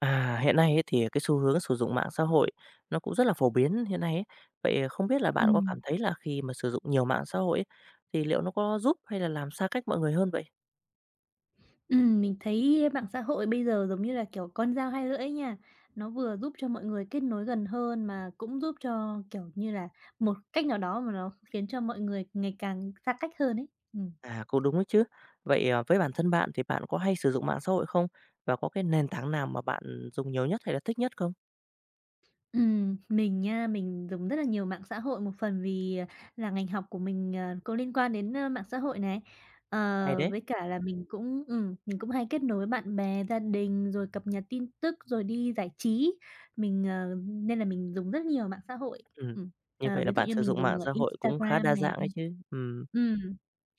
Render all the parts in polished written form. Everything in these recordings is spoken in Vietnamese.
À, hiện nay ấy thì cái xu hướng sử dụng mạng xã hội nó cũng rất là phổ biến hiện nay ấy. Vậy không biết là bạn có cảm Ừm, thấy là khi mà sử dụng nhiều mạng xã hội ấy, thì liệu nó có giúp hay là làm xa cách mọi người hơn vậy? Mình thấy mạng xã hội bây giờ giống như là, kiểu, con dao hai lưỡi nha. Nó vừa giúp cho mọi người kết nối gần hơn mà cũng giúp cho, kiểu như là, một cách nào đó mà nó khiến cho mọi người ngày càng xa cách hơn ấy. Ừm. À, cũng đúng đấy chứ. Vậy à, với bản thân bạn thì bạn có hay sử dụng mạng xã hội không? Và có cái nền tảng nào mà bạn dùng nhiều nhất hay là thích nhất không? Mình nha, mình dùng rất là nhiều mạng xã hội, một phần vì, là ngành học của mình, có liên quan đến, mạng xã hội này. Hay đấy. Với cả là mình cũng hay kết nối với bạn bè, gia đình, rồi cập nhật tin tức, rồi đi giải trí. Mình, ờ Nên là mình dùng rất nhiều mạng xã hội. Ừ. Ừm, Như vậy là Ví dụ bạn như sử mình dụng dùng, mạng xã hội cũng khá đa dạng ấy chứ. Ừ. ừm,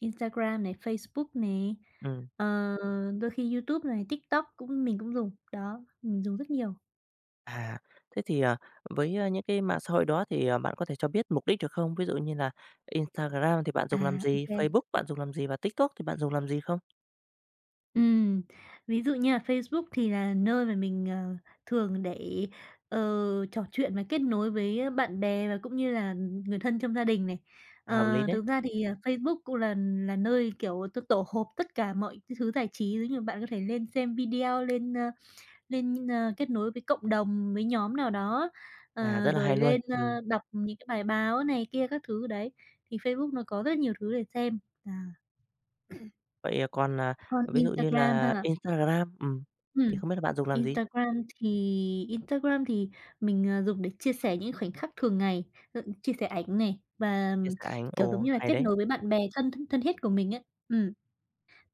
Instagram này, Facebook này, Ừ. ờ, đôi khi YouTube này, TikTok mình cũng dùng. Đó, mình dùng rất nhiều. À, thế thì, với, những cái mạng xã hội đó thì, bạn có thể cho biết mục đích được không? Ví dụ như là Instagram thì bạn À, dùng làm gì? ok. Facebook bạn dùng làm gì? Và TikTok thì bạn dùng làm gì không? Ừm, Ví dụ như là Facebook thì là nơi mà mình, thường để, trò chuyện và kết nối với bạn bè và cũng như là người thân trong gia đình này. À, hợp lý đấy. Thực ra thì, Facebook cũng là nơi, kiểu, tôi tổ hợp tất cả mọi cái thứ giải trí, giống như bạn có thể lên xem video, kết nối với cộng đồng, với nhóm nào đó, À, rất là hay rồi luôn. Ừm. Đọc những cái bài báo này kia các thứ đấy, thì Facebook nó có rất nhiều thứ để xem. À, Vậy, còn, còn ví dụ như Instagram là ha. Instagram, thì Ừm. không biết là bạn dùng làm gì? Instagram thì Instagram thì mình, dùng để chia sẻ những khoảnh khắc thường ngày, chia sẻ ảnh này và, Chia sẻ ảnh. kiểu, giống Ồ, như là, hay kết đấy. nối với bạn bè thân thân thân thiết của mình ấy.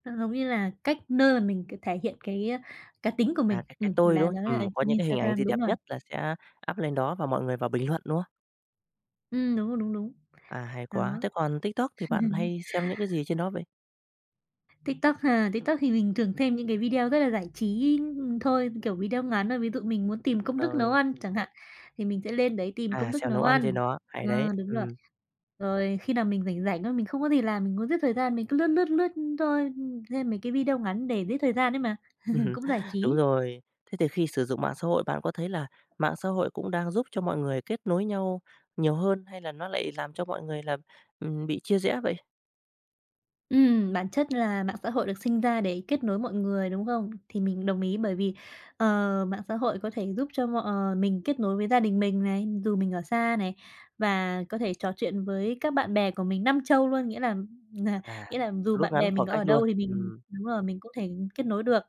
Nó giống như là cách nơi mà mình thể hiện cái, cá tính của À, mình, cái tôi, đúng là không? nó là Có trên những cái hình ảnh gì Instagram đúng đẹp rồi. nhất là sẽ up lên đó và mọi người vào bình luận, đúng không? Đúng đúng, đúng. À, hay quá. Đó. Thế còn TikTok thì bạn hay xem những cái gì trên đó vậy? TikTok ha, TikTok thì mình thường thêm những cái video rất là giải trí, thôi, kiểu, video ngắn thôi. Ví dụ mình muốn tìm công thức nấu Rồi, ăn chẳng hạn, thì mình sẽ lên đấy tìm công thức xem nấu nấu ăn trên ăn. đó, hay Ờ, đấy. Đúng rồi. Ừm. Rồi khi nào mình rảnh rảnh thôi, mình không có gì làm, mình muốn giết thời gian, mình cứ lướt, lướt, lướt thôi, xem mấy cái video ngắn để giết thời gian ấy mà, Ừm, cũng giải đúng trí. rồi. Thế thì khi sử dụng mạng xã hội bạn có thấy là mạng xã hội cũng đang giúp cho mọi người kết nối nhau nhiều hơn hay là nó lại làm cho mọi người là, bị chia rẽ vậy? Bản chất là mạng xã hội được sinh ra để kết nối mọi người, đúng không? Thì mình đồng ý bởi vì, ờ, mạng xã hội có thể giúp cho mình kết nối với gia đình mình này, dù mình ở xa này, và có thể trò chuyện với các bạn bè của mình năm châu luôn. Nà À, nghĩa là dù rút bạn ngắn bè mình khoảng có cách ở luôn, đâu thì mình, đúng rồi, mình cũng thể kết nối được.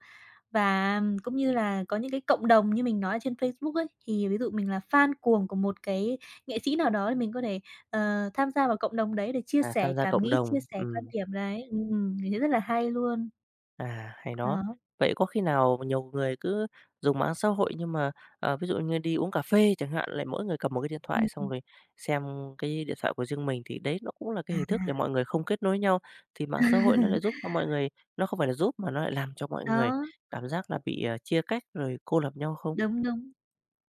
Và cũng như là có những cái cộng đồng như mình nói ở trên Facebook ấy, thì ví dụ mình là fan cuồng của một cái nghệ sĩ nào đó thì mình có thể tham gia vào cộng đồng đấy để chia sẻ tham gia cảm cộng nghĩ, chia đồng, sẻ quan ừm. điểm đấy. Mình thấy rất là hay luôn. À, hay đó. Đó. Vậy có khi nào nhiều người cứ dùng mạng xã hội nhưng mà, ví dụ như đi uống cà phê chẳng hạn, lại mỗi người cầm một cái điện thoại Ừm. xong rồi xem cái điện thoại của riêng mình, thì đấy nó cũng là cái À, hình thức để mọi người không kết nối nhau, thì mạng xã hội nó lại giúp cho mọi người nó không phải là giúp mà nó lại làm cho mọi người đó, cảm giác là bị, chia cách rồi cô lập nhau không? đúng, đúng.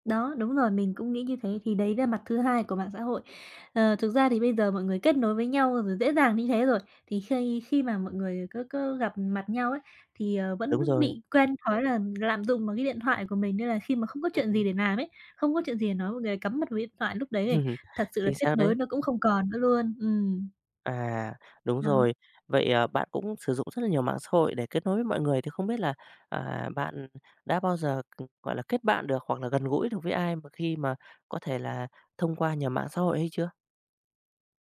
Đó, đúng rồi, mình cũng nghĩ như thế, thì đấy là mặt thứ hai của mạng xã hội. Thực ra thì bây giờ mọi người kết nối với nhau rồi dễ dàng như thế rồi, thì khi khi mà mọi người cứ cứ gặp mặt nhau ấy, thì, Đúng vẫn rồi, bị quen thói là lạm dụng vào cái điện thoại của mình, nên là khi mà không có chuyện gì ừm, để làm ấy, không có chuyện gì để nói, mọi người lại cắm mặt vào điện thoại lúc đấy này, thật sự là chính xác kết nối đấy. nó cũng không còn nữa luôn. À, đúng Đó. rồi. Vậy, bạn cũng sử dụng rất là nhiều mạng xã hội để kết nối với mọi người, thì không biết là, bạn đã bao giờ, gọi là, kết bạn được hoặc là gần gũi được với ai mà khi mà có thể là thông qua nhờ mạng xã hội hay chưa?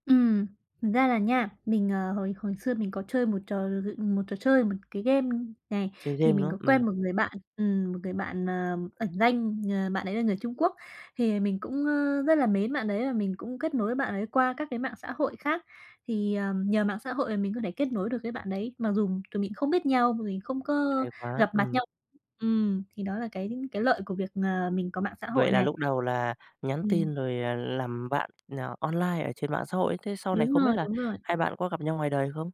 Ừm, Thực ra là nha, mình, hồi hồi xưa mình có chơi một trò chơi, một cái game này, Chơi thì game, mình nữa có không? quen một người bạn ẩn danh, bạn ấy là người Trung Quốc. Thì mình cũng, rất là mến bạn đấy và mình cũng kết nối với bạn ấy qua các cái mạng xã hội khác. Thì, nhờ mạng xã hội mà mình có thể kết nối được với bạn đấy, mặc dù tụi mình không biết nhau, mình không có Hay quá, gặp mặt ừm. nhau. Thì đó là cái lợi của việc, mình có mạng xã Vậy hội là này. lúc đầu là nhắn Ừm, tin rồi, làm bạn, online ở trên mạng xã hội thế sau này đúng không biết rồi, là đúng rồi. hai bạn có gặp nhau ngoài đời không?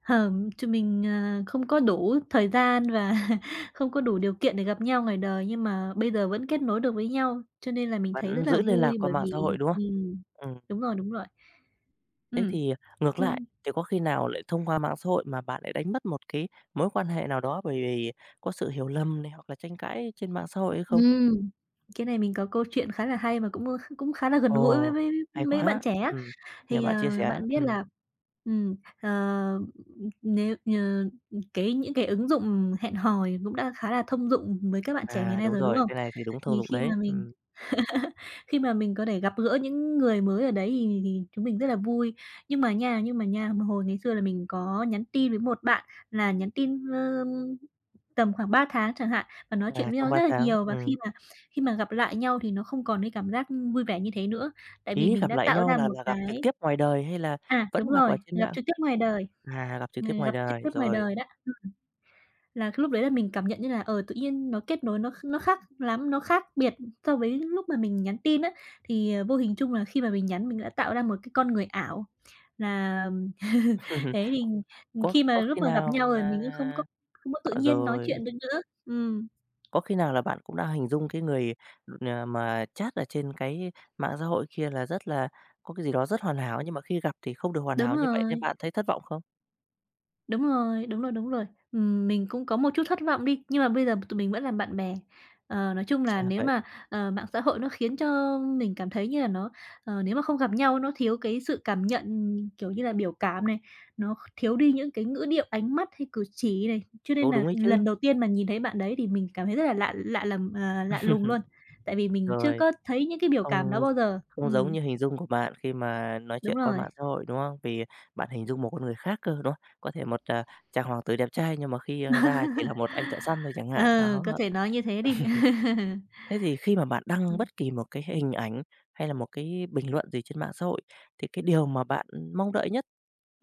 Tụi mình, không có đủ thời gian và không có đủ điều kiện để gặp nhau ngoài đời, nhưng mà bây giờ vẫn kết nối được với nhau, cho nên là mình thấy Vẫn rất là giữ liên lạc vui qua bởi mạng vì xã hội, đúng không? ừm, Ừm. đúng rồi, đúng rồi. Thế Ừm, thì ngược lại, nhưng thì có khi nào lại thông qua mạng xã hội mà bạn lại đánh mất một cái mối quan hệ nào đó bởi vì có sự hiểu lầm này hoặc là tranh cãi trên mạng xã hội hay không? ừm, cái này mình có câu chuyện khá là hay mà cũng khá là gần gũi với Ồ, với hay mấy bạn quá! trẻ á. Nhờ Thì, bạn chia sẻ. bạn biết là ừm, ờ, nếu ờ, cái những cái ứng dụng hẹn hò cũng đã khá là thông dụng với các bạn trẻ ngày À, nay đúng rồi, đúng rồi, không? cái này thì đúng thông Thì dụng khi đấy. mà mình Khi mà mình có thể gặp gỡ những người mới ở đấy thì chúng mình rất là vui. Nhưng mà nha, mà hồi ngày xưa là mình có nhắn tin với một bạn là nhắn tin, tầm khoảng 3 tháng chẳng hạn, và nói chuyện Là với trong nhau ba rất là tháng, nhiều, và ừm. khi mà gặp lại nhau thì nó không còn cái cảm giác vui vẻ như thế nữa. Tại vì Ý mình gặp đã lại tạo nhau ra là một là gặp trực cái, tiếp ngoài đời hay là à, đúng vẫn gặp ở rồi, trên gặp mạng? trực tiếp ngoài đời, À, gặp trực tiếp ngoài đời, rồi. Đó. Là cái lúc đấy là mình cảm nhận như là, tự nhiên nó kết nối nó kh nó khác lắm, nó khác biệt so với lúc mà mình nhắn tin á. Thì, vô hình chung là khi mà mình nhắn mình đã tạo ra một cái con người ảo là thế thì Có khi mà có lúc khi mà gặp nào nhau rồi là mình cũng không có tự ờ, nhiên nói rồi. chuyện được nữa. Có khi nào là bạn cũng đã hình dung cái người, mà chat ở trên cái mạng xã hội kia là rất là có cái gì đó rất hoàn hảo, nhưng mà khi gặp thì không được hoàn Đúng hảo như vậy nên rồi. bạn thấy thất vọng không? Đúng rồi, đúng rồi, đúng rồi. Mình cũng có một chút thất vọng đi, nhưng mà bây giờ tụi mình vẫn làm bạn bè. Nói chung là Ra nếu vậy, mà, mạng xã hội nó khiến cho mình cảm thấy như là nó nếu mà không gặp nhau nó thiếu cái sự cảm nhận, kiểu như là, biểu cảm này, nó thiếu đi những cái ngữ điệu, ánh mắt hay cử chỉ này, cho nên cũng là đúng đấy chứ. lần đầu tiên mà nhìn thấy bạn đấy thì mình cảm thấy rất là lạ lạ lầm à, lạ lùng luôn, tại vì mình chưa Rồi, có thấy những cái biểu cảm đó không bao giờ. không giống như hình dung của bạn khi mà nói Đúng chuyện qua rồi. mạng xã hội, đúng không? Vì bạn hình dung một con người khác cơ, đúng không? Có thể một, chàng hoàng tử đẹp trai nhưng mà khi, ra chỉ là một anh thợ săn thôi chẳng hạn, Ờ, đó. có thể nói như thế đi. Thế thì khi mà bạn đăng Ừm, bất kỳ một cái hình ảnh hay là một cái bình luận gì trên mạng xã hội, thì cái điều mà bạn mong đợi nhất,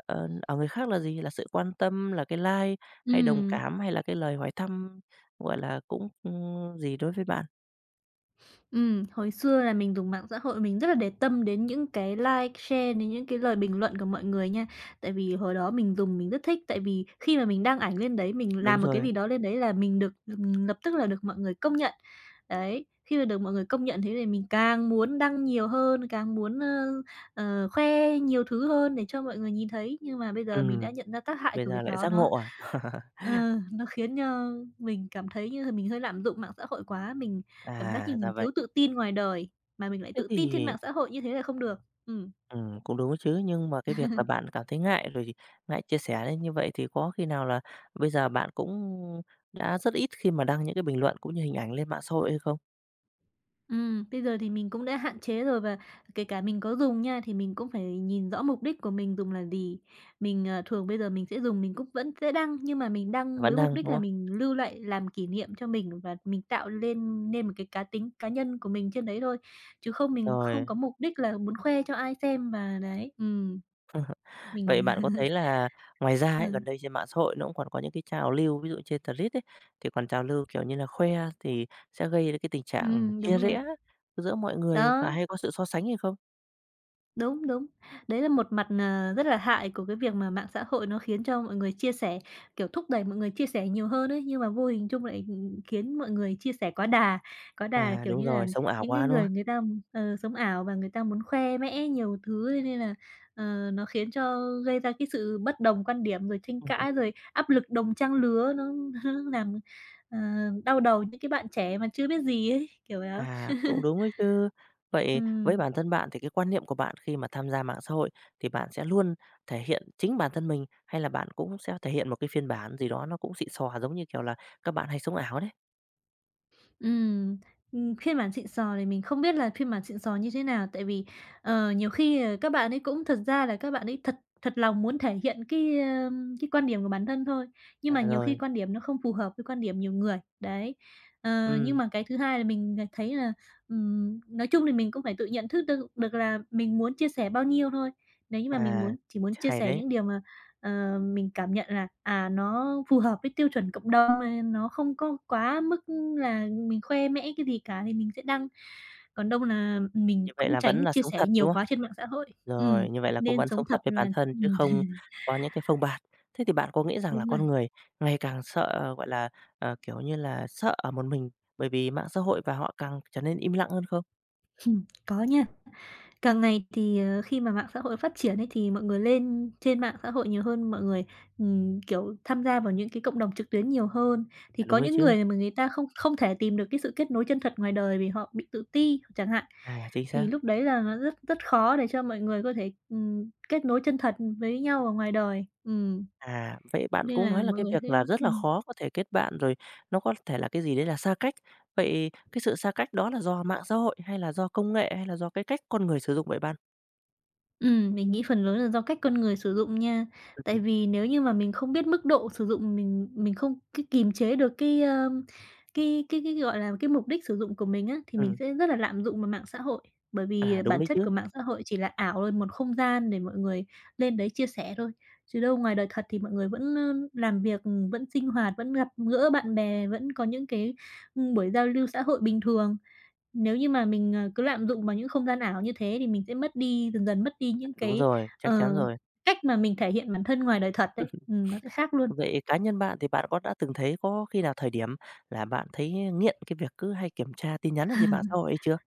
ở người khác là gì? Là sự quan tâm, là cái like hay đồng ừm, cảm hay là cái lời hỏi thăm, gọi là, cũng, gì đối với bạn? Hồi xưa là mình dùng mạng xã hội mình rất là để tâm đến những cái like, share, đến những cái lời bình luận của mọi người nha. Tại vì hồi đó mình dùng mình rất thích, tại vì khi mà mình đăng ảnh lên đấy, mình Đúng làm một cái rồi, gì đó lên đấy là mình được, lập tức là được mọi người công nhận. Đấy, khi mà được mọi người công nhận thế thì mình càng muốn đăng nhiều hơn, càng muốn, khoe nhiều thứ hơn để cho mọi người nhìn thấy. Nhưng mà bây giờ mình đã ừm, nhận ra tác hại bây của giờ việc lại đó giác nó ngộ à? Ờ, nó khiến, cho mình cảm thấy như là mình hơi lạm dụng mạng xã hội quá, mình cảm giác như À, ra mình vậy. thiếu tự tin ngoài đời, mà mình lại Thế tự tin trên thì. mạng xã hội như thế là không được. Ừ. Cũng đúng chứ, nhưng mà cái việc là bạn cảm thấy ngại rồi thì ngại chia sẻ đấy, như vậy thì có khi nào là bây giờ bạn cũng đã rất ít khi mà đăng những cái bình luận cũng như hình ảnh lên mạng xã hội hay không? Ừm. Bây giờ thì mình cũng đã hạn chế rồi và kể cả mình có dùng nha, thì mình cũng phải nhìn rõ mục đích của mình dùng là gì. Mình, thường bây giờ mình cũng vẫn sẽ đăng, nhưng mà mình đăng Vẫn với mục đăng, đích đúng là không? mình lưu lại làm kỷ niệm cho mình và mình tạo lên nên một cái cá tính cá nhân của mình trên đấy thôi, chứ không mình không Rồi, có mục đích là muốn khoe cho ai xem và đấy. Ừm. vậy Mình bạn có thấy là ngoài ra ừ, ấy, gần đây trên mạng xã hội nó cũng còn có những cái trào lưu, ví dụ trên Threads ấy, thì còn trào lưu, kiểu như là, khoe thì sẽ gây ra cái tình trạng ừm, đúng chia rồi. rẽ giữa mọi người và Đó, hay có sự so sánh hay không? đúng, đúng. Đấy là một mặt, rất là hại của cái việc mà mạng xã hội nó khiến cho mọi người chia sẻ, kiểu, thúc đẩy mọi người chia sẻ nhiều hơn ấy, nhưng mà vô hình chung lại, khiến mọi người chia sẻ quá đà, À, kiểu đúng như là, rồi, sống ảo những cái quá, đúng người người ta, sống ảo và người ta muốn khoe mẽ nhiều thứ, thế nên là, nó khiến cho gây ra cái sự bất đồng quan điểm, rồi tranh không? cãi, rồi áp lực đồng trang lứa, nó nó làm, ờ, đau đầu những cái bạn trẻ mà chưa biết gì ấy, kiểu đó. À, cũng đúng ấy chứ. Vậy với Ừm, bản thân bạn thì cái quan niệm của bạn khi mà tham gia mạng xã hội thì bạn sẽ luôn thể hiện chính bản thân mình hay là bạn cũng sẽ thể hiện một cái phiên bản gì đó nó cũng xịn sò giống như kiểu là các bạn hay sống ảo đấy? ừm, phiên bản xịn sò thì mình không biết là phiên bản xịn sò như thế nào, tại vì, nhiều khi, các bạn ấy cũng thật ra là các bạn ấy thật thật lòng muốn thể hiện cái, cái quan điểm của bản thân thôi, nhưng mà À, nhiều khi rồi, quan điểm nó không phù hợp với quan điểm nhiều người, đấy. Ờ, nhưng ừm, mà cái thứ hai là mình, thấy là, nói chung thì mình cũng phải tự nhận thức được được là mình muốn chia sẻ bao nhiêu thôi. Nếu như mà mình à, chỉ muốn chia hay sẻ đấy. những điều mà ờ, mình cảm nhận là, à, nó phù hợp với tiêu chuẩn cộng đồng này, nó không có quá mức là mình khoe mẽ cái gì cả thì mình sẽ đăng, còn đâu là mình Như vậy cũng là vẫn tránh là chia sống sẻ thật, đúng nhiều không? quá trên mạng xã hội. Ừm, Rồi, như vậy là cũng nên vẫn sống sống thật thật với bản là thân chứ không có những cái phông bạt. Thế thì bạn có nghĩ rằng là đúng rồi, con người ngày càng sợ, gọi là, kiểu như là, sợ ở một mình bởi vì mạng xã hội và họ càng trở nên im lặng hơn không? có nha. Càng ngày thì, khi mà mạng xã hội phát triển ấy, thì mọi người lên trên mạng xã hội nhiều hơn, mọi người, kiểu, tham gia vào những cái cộng đồng trực tuyến nhiều hơn. Thì À, có đúng đấy những chứ. người mà người ta không không thể tìm được cái sự kết nối chân thật ngoài đời vì họ bị tự ti chẳng hạn, À, chính thì xác. lúc đấy là nó rất rất khó để cho mọi người có thể, kết nối chân thật với nhau ở ngoài đời. À, vậy bạn Nên cũng nói là là mọi cái người sẽ việc là rất là ừm. khó có thể kết bạn, rồi nó có thể là cái gì đấy là xa cách. Vậy cái sự xa cách đó là do mạng xã hội, hay là do công nghệ, hay là do cái cách con người sử dụng vậy bạn? Ừ, mình nghĩ phần lớn là do cách con người sử dụng nha. Tại Ừm, vì nếu như mà mình không biết mức độ sử dụng, mình không cái kiềm chế được cái, cái, gọi là, cái mục đích sử dụng của mình á, thì mình ừm, sẽ rất là lạm dụng vào mạng xã hội. Bởi vì đúng bản đấy chất chứ. của mạng xã hội chỉ là ảo thôi, một không gian để mọi người lên đấy chia sẻ thôi, chứ đâu ngoài đời thật thì mọi người vẫn, làm việc, vẫn sinh hoạt, vẫn gặp gỡ bạn bè, vẫn có những cái, buổi giao lưu xã hội bình thường. Nếu như mà mình, cứ lạm dụng vào những không gian ảo như thế thì mình sẽ mất đi dần dần mất đi những Đúng cái, rồi, chắc ờ, chắn rồi. cách mà mình thể hiện bản thân ngoài đời thật đấy. Nó sẽ khác luôn. Vậy cá nhân bạn thì bạn có đã từng thấy có khi nào thời điểm là bạn thấy nghiện cái việc cứ hay kiểm tra tin nhắn ở trên mạng xã hội ấy chưa?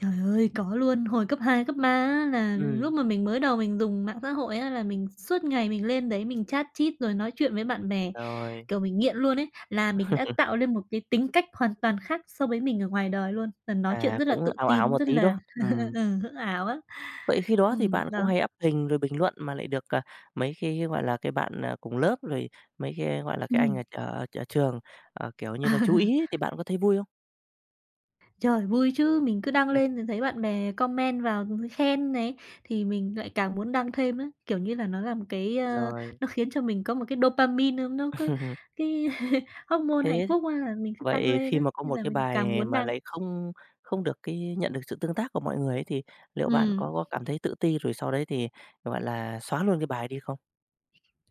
Trời ơi, có luôn. Hồi cấp 2 cấp 3 á là Ừ lúc mà mình mới đầu mình dùng mạng xã hội á là mình suốt ngày mình lên đấy mình chat chít rồi nói chuyện với bạn bè, rồi, kiểu, mình nghiện luôn ấy, là mình đã tạo lên một cái tính cách hoàn toàn khác so với mình ở ngoài đời luôn, là nói chuyện rất là cũng tự ảo ảo tin, một rất tí, là đó không? ừ, hữu ảo á. Vậy khi đó thì bạn cũng Đó. hay up hình rồi bình luận mà lại được, mấy cái, gọi là, cái bạn, cùng lớp rồi mấy cái, gọi là, cái anh Ừm. ở ở ở trường, kiểu như là, chú ý thì bạn có thấy vui không? Trời, vui chứ, mình cứ đăng Ừm, lên thì thấy bạn bè comment vào khen này, thì mình lại càng muốn đăng thêm á. Kiểu như là, nó là một cái, rồi. nó khiến cho mình có một cái dopamine, nó cứ cái hormone hạnh Thế phúc, nên là mình cứ tăng vậy lên khi á, mà có nên một là cái mình càng bài muốn mà đăng. lại không không được cái nhận được sự tương tác của mọi người ấy thì liệu bạn Ừm. có cảm thấy tự ti rồi sau đấy thì, gọi là, xóa luôn cái bài đi không?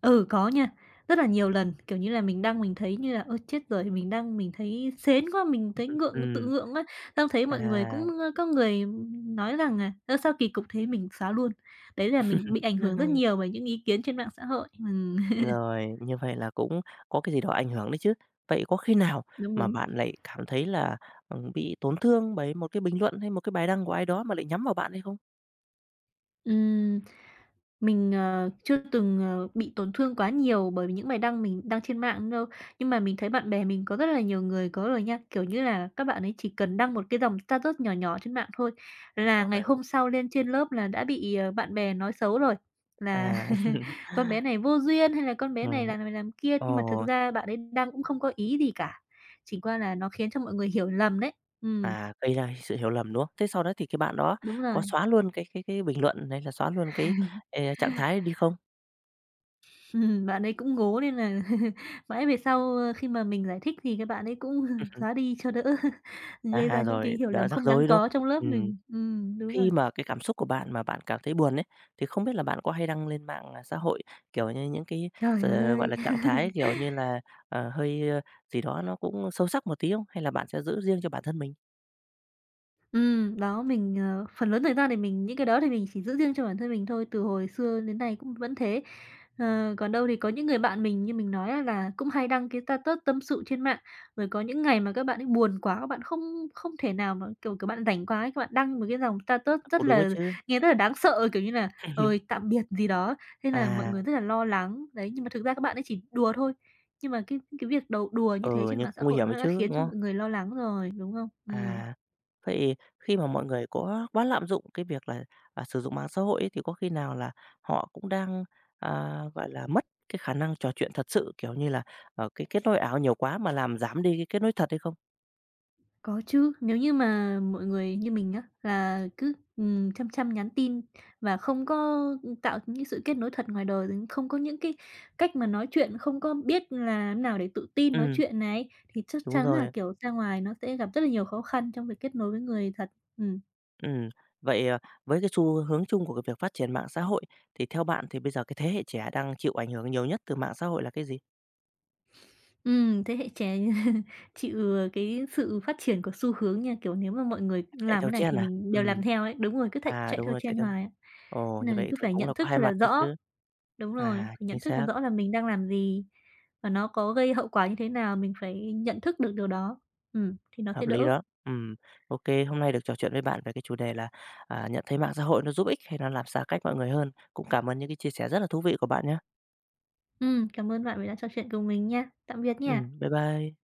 Ừ, có nha, rất là nhiều lần, kiểu như là, mình đăng mình thấy như là "Ơ, chết rồi!" Mình đăng mình thấy sến quá, mình thấy ngượng, tự Ừ ngượng á, xong thấy mọi người à. cũng ơ, có người nói rằng là "Ơ, sao kỳ cục thế?" Mình xóa luôn. Đấy là mình bị ảnh hưởng rất nhiều bởi những ý kiến trên mạng xã hội. Rồi, như vậy là cũng có cái gì đó ảnh hưởng đấy chứ. Vậy có khi nào đúng, mà đúng. bạn lại cảm thấy là, bị tổn thương bởi một cái bình luận hay một cái bài đăng của ai đó mà lại nhắm vào bạn hay không? Ừm. Mình, chưa từng, bị tổn thương quá nhiều bởi vì những bài đăng mình đăng trên mạng đâu, nhưng mà mình thấy bạn bè mình có rất là nhiều người có rồi nha. Kiểu như là, các bạn ấy chỉ cần đăng một cái dòng status nhỏ nhỏ trên mạng thôi À, là ngày rồi, hôm sau lên trên lớp là đã bị, bạn bè nói xấu rồi, là à, "Con bé này vô duyên" hay là "Con bé ừm, này làm kia." Nhưng mà thực ồ, ra bạn ấy đăng cũng không có ý gì cả, chỉ qua là nó khiến cho mọi người hiểu lầm đấy. Ừm, gây ra sự hiểu lầm, đúng không? Thế sau đó thì cái bạn đó đúng có rồi. xóa luôn cái bình luận hay là xóa luôn cái, trạng thái đi không? Bạn ấy cũng ngố nên là mãi về sau, khi mà mình giải thích thì các bạn ấy cũng xóa đi cho đỡ gây ra À, những cái rồi, hiểu đã lầm rắc không đáng rối, đúng có trong lớp không? Ừm. mình. Đúng rồi. Khi mà cái cảm xúc của bạn mà bạn cảm thấy buồn ấy, thì không biết là bạn có hay đăng lên mạng, xã hội, kiểu như, những cái Trời gọi ơi! là, trạng thái, kiểu như là, hơi, gì đó nó cũng sâu sắc một tí không? Hay là bạn sẽ giữ riêng cho bản thân mình? Đó, mình, phần lớn thời gian thì mình những cái đó thì mình chỉ giữ riêng cho bản thân mình thôi, từ hồi xưa đến nay cũng vẫn thế. Ờ, còn đâu thì có những người bạn mình như mình nói á là cũng hay đăng cái status tâm sự trên mạng, rồi có những ngày mà các bạn ấy buồn quá, các bạn không không thể nào mà, kiểu, các bạn rảnh quá ấy, các bạn đăng một cái dòng status rất Cũng đúng ấy là chứ. nghe rất là đáng sợ, kiểu như là "Ơi, tạm biệt" gì đó, thế là mọi người À, rất là lo lắng. Đấy, nhưng mà thực ra các bạn ấy chỉ đùa thôi, nhưng mà cái việc đùa như thế ừ, trên nhưng mạng xã cũng nguy hội hiểm ấy nó đã chứ, khiến đúng cho không? mọi người lo lắng rồi, đúng không? Ừ, À, vậy khi mà mọi người có quá lạm dụng cái việc là, sử dụng mạng xã hội ấy, thì có khi nào là họ cũng đang, gọi là, mất cái khả năng trò chuyện thật sự, kiểu như là, cái kết nối ảo nhiều quá mà làm giảm đi cái kết nối thật hay không? có chứ, nếu như mà mọi người như mình á, là cứ, chăm chăm nhắn tin và không có, tạo những sự kết nối thật ngoài đời, không có những cái cách mà nói chuyện, không có biết làm nào để tự tin nói Ừ. chuyện này, thì chắc Đúng chắn là, rồi. kiểu, ra ngoài nó sẽ gặp rất là nhiều khó khăn trong việc kết nối với người thật. Ừm, Ừm. Vậy, với cái xu hướng chung của cái việc phát triển mạng xã hội, thì theo bạn thì bây giờ cái thế hệ trẻ đang chịu ảnh hưởng nhiều nhất từ mạng xã hội là cái gì? Thế hệ trẻ chịu cái sự phát triển của xu hướng nha, kiểu, nếu mà mọi người Chạy làm theo cái này trend thì à? mình Ừ, đều làm theo ấy, đúng rồi, cứ chạy đúng theo rồi, chạy trend theo. hoài á, Ồ, như nên là vậy cứ thì phải cũng là nhận có thức hai thật là mặt đấy rõ. chứ. Đúng rồi, À, phải chính nhận thức được xác, rõ là mình đang làm gì và nó có gây hậu quả như thế nào, mình phải nhận thức được điều đó. Thì nó sẽ hợp lý đỡ. đó. Ừ, ok hôm nay được trò chuyện với bạn về cái chủ đề là, nhận thấy mạng xã hội nó giúp ích hay nó làm xa cách mọi người hơn. Cũng cảm ơn những cái chia sẻ rất là thú vị của bạn nhé, Cảm ơn bạn vì đã trò chuyện cùng mình nha. Tạm biệt ừ, nha. bye bye.